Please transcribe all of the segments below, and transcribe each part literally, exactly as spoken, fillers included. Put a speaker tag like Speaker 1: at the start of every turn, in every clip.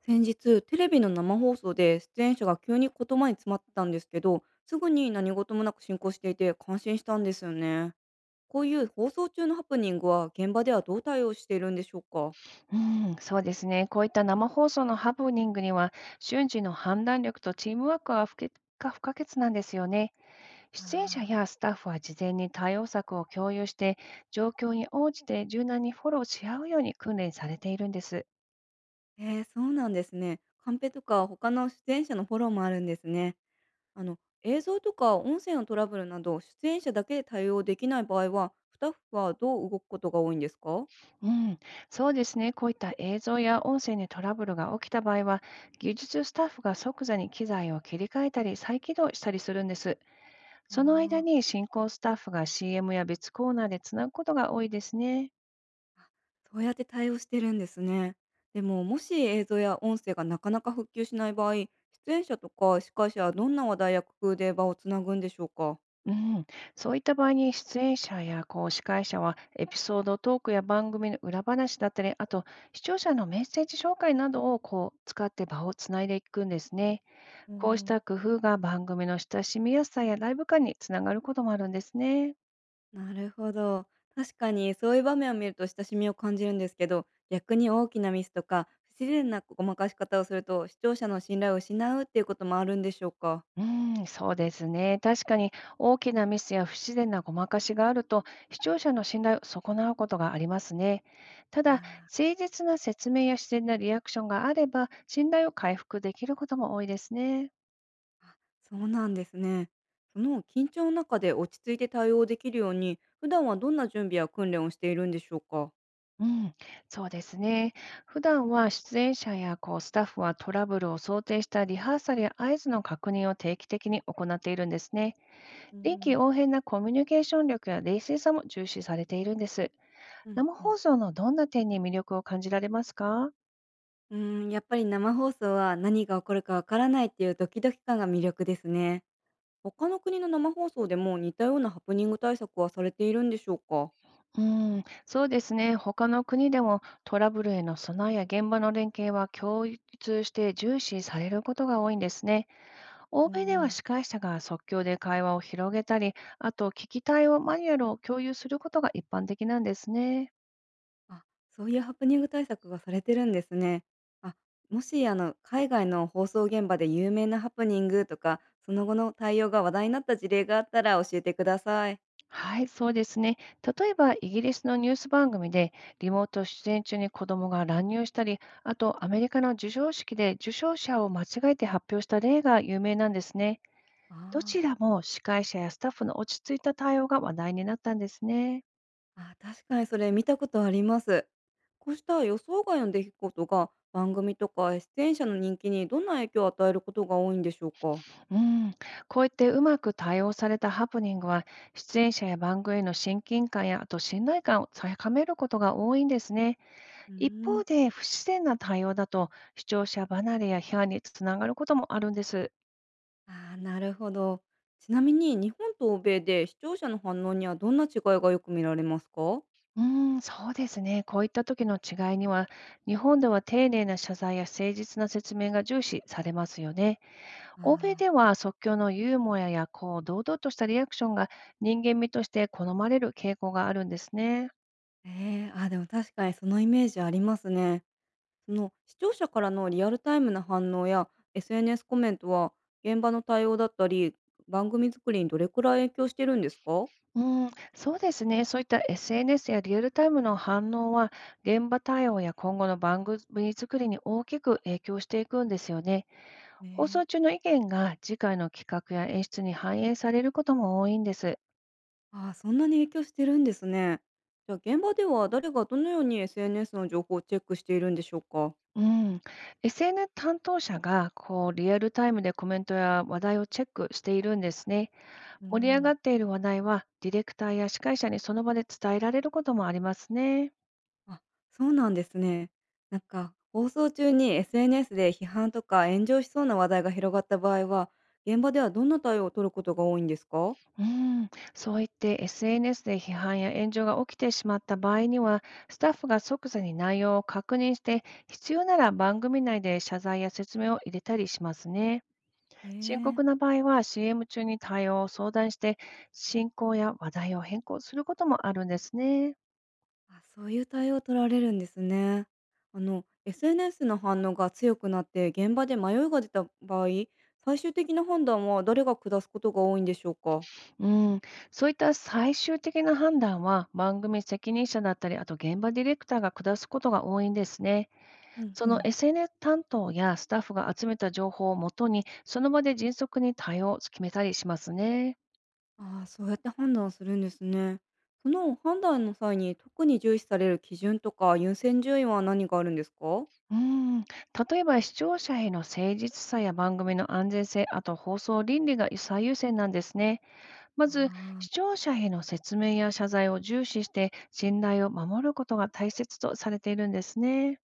Speaker 1: 先日テレビの生放送で出演者が急に言葉に詰まってたんですけど、すぐに何事もなく進行していて感心したんですよね。こういう放送中のハプニングは現場ではどう対応しているんでしょうか。
Speaker 2: うん、そうですね。こういった生放送のハプニングには、瞬時の判断力とチームワークは不可が不可欠なんですよね。
Speaker 1: あ
Speaker 2: 出演者やスタッフは事前に対応策を共有して、状況に応じて柔軟にフォローし合うように訓練されているんです。
Speaker 1: ーえー、そうなんですね。カンペとか他の出演者のフォローもあるんですね。あの映像とか音声のトラブルなど出演者だけで対応できない場合は、スタッフはどう動くことが多いんですか。
Speaker 2: うん、そうですね。こういった映像や音声にトラブルが起きた場合は、技術スタッフが即座に機材を切り替えたり再起動したりするんです。その間
Speaker 1: あ、
Speaker 2: に進行スタッフが シーエム や別コーナーでつなぐことが多いですね。
Speaker 1: あ、そうやって対応してるんですね。でも、もし映像や音声がなかなか復旧しない場合、出演者とか司会者はどんな話題や工夫で場をつなぐんでしょうか。
Speaker 2: うん、そういった場合に出演者やこう司会者はエピソードトークや番組の裏話だったり、あと視聴者のメッセージ紹介などをこう使って場をつないでいくんですね。
Speaker 1: う
Speaker 2: こうした
Speaker 1: ん、
Speaker 2: 工夫が番組の親しみやすさやライブ感につながることもあるんですね。
Speaker 1: なるほど。確かにそういう場面を見ると親しみを感じるんですけど、逆に大きなミスとか不自然なごまかし方をすると視聴者の信頼を失うっていうこともあるんでしょうか。
Speaker 2: うん、そうですね。確かに大きなミスや不自然なごまかしがあると、視聴者の信頼を損なうことがありますね。ただ、誠
Speaker 1: あ、
Speaker 2: 実な説明や自然なリアクションがあれば、信頼を回復できることも多いですね。
Speaker 1: あ、そうなんですね。その緊張の中で落ち着いて対応できるように、普段はどんな準備や訓練をしているんでしょうか。
Speaker 2: うん、そうですね。普段は出演者やこうスタッフはトラブルを想定したリハーサルや合図の確認を定期的に行っているんですね。
Speaker 1: うー
Speaker 2: 臨機
Speaker 1: ん、
Speaker 2: 応変なコミュニケーション力や冷静さも重視されているんです。
Speaker 1: うん
Speaker 2: 生
Speaker 1: うん。
Speaker 2: 放送のどんな点に魅力を感じられますか？
Speaker 1: うーん、やっぱり生放送は何が起こるかわからないっていうドキドキ感が魅力ですね。他の国の生放送でも似たようなハプニング対策はされているんでしょうか？
Speaker 2: うん、そうですね。他の国でもトラブルへの備えや現場の連携は共通して重視されることが多いんですね。欧
Speaker 1: う
Speaker 2: 米では
Speaker 1: ん。
Speaker 2: 司会者が即興で会話を広げたり、あと聞きたいをマニュアルを共有することが一般的なんですね。
Speaker 1: あ、そういうハプニング対策がされてるんですね。あ、もしあの、海外の放送現場で有名なハプニングとか、その後の対応が話題になった事例があったら教えてください。
Speaker 2: はい、そうですね。例えば、イギリスのニュース番組で、リモート出演中に子どもが乱入したり、あと、アメリカの授賞式で受賞者を間違えて発表した例が有名なんですね。
Speaker 1: あ
Speaker 2: どち
Speaker 1: あ。
Speaker 2: らも司会者やスタッフの落ち着いた対応が話題になったんですね。
Speaker 1: あ、確かにそれ見たことあります。こうした予想外の出来事が番組とか出演者の人気にどんな影響を与えることが多いんでしょうか。
Speaker 2: うん、こういってうまく対応されたハプニングは、出演者や番組への親近感や、あと信頼感を高めることが多いんですね。
Speaker 1: うー
Speaker 2: 一方
Speaker 1: ん、
Speaker 2: で、不自然な対応だと、視聴者離れや批判につながることもあるんです。
Speaker 1: あー、なるほど。ちなみに日本と欧米で視聴者の反応にはどんな違いがよく見られますか。
Speaker 2: うーん、そうですね。こういった時の違いには、日本では丁寧な謝罪や誠実な説明が重視されますよね。欧米
Speaker 1: あー
Speaker 2: では即興のユーモアやこう堂々としたリアクションが人間味として好まれる傾向があるんですね。
Speaker 1: えーあ、でも確かにそのイメージありますね。その視聴者からのリアルタイムな反応や エスエヌエス コメントは、現場の対応だったり番組作りにどれくらい影響してるんですか。
Speaker 2: うん、そうですね。そういった エスエヌエス やリアルタイムの反応は、現場対応や今後の番組作りに大きく影響していくんですよね。放
Speaker 1: ね
Speaker 2: 送
Speaker 1: え。
Speaker 2: 中の意見が次回の企画や演出に反映されることも多いんです。
Speaker 1: ああ、そんなに影響してるんですね。じゃあ現場では誰がどのように エスエヌエス の情報をチェックしているんでしょうか？
Speaker 2: うん、エスエヌエス 担当者がこうリアルタイムでコメントや話題をチェックしているんですね。
Speaker 1: う
Speaker 2: 盛り上が
Speaker 1: ん、
Speaker 2: っている話題はディレクターや司会者にその場で伝えられることもありますね。
Speaker 1: あ、そうなんですね。なんか放送中に エスエヌエス で批判とか炎上しそうな話題が広がった場合は、現場ではどんな対応を取ることが多いんですか？
Speaker 2: うん、そう言って エスエヌエス で批判や炎上が起きてしまった場合には、スタッフが即座に内容を確認して、必要なら番組内で謝罪や説明を入れたりしますね。
Speaker 1: え
Speaker 2: 深刻な
Speaker 1: え。
Speaker 2: 場合は シーエム 中に対応を相談して、進行や話題を変更することもあるんですね。
Speaker 1: あ、そういう対応を取られるんですね。あの エスエヌエス の反応が強くなって現場で迷いが出た場合、最終的な判断は誰が下すことが多いんでしょうか？
Speaker 2: うん、そういった最終的な判断は番組責任者だったり、あと現場ディレクターが下すことが多いんですね。
Speaker 1: うん
Speaker 2: そ
Speaker 1: う
Speaker 2: の
Speaker 1: ん。
Speaker 2: エスエヌエス 担当やスタッフが集めた情報をもとに、その場で迅速に対応を決めたりしますね。
Speaker 1: ああ、そうやって判断するんですね。その判断の際に特に重視される基準とか優先順位は何があるんですか。
Speaker 2: うん、例えば視聴者への誠実さや番組の安全性、あと放送倫理が最優先なんですね。ま
Speaker 1: あ
Speaker 2: ず、視
Speaker 1: あ、
Speaker 2: 聴者への説明や謝罪を重視して、信頼を守ることが大切とされているんですね。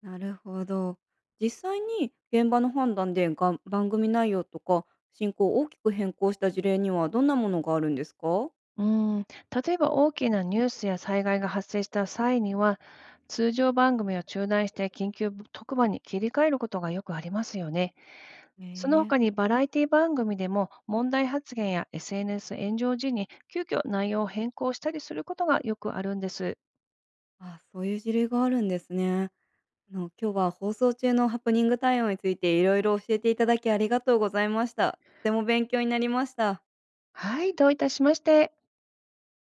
Speaker 1: なるほど。実際に現場の判断でが番組内容とか進行を大きく変更した事例にはどんなものがあるんですか。
Speaker 2: うん、例えば大きなニュースや災害が発生した際には、通常番組を中断して緊急特番に切り替えることがよくありますよね。その
Speaker 1: え
Speaker 2: 他
Speaker 1: え。
Speaker 2: にバラエティ番組でも問題発言や エスエヌエス 炎上時に急遽内容を変更したりすることがよくあるんです。
Speaker 1: あ、そういう事例があるんですね。あの、今日は放送中のハプニング対応についていろいろ教えていただきありがとうございました。とても勉強になりました。
Speaker 2: はい、どういたしまして。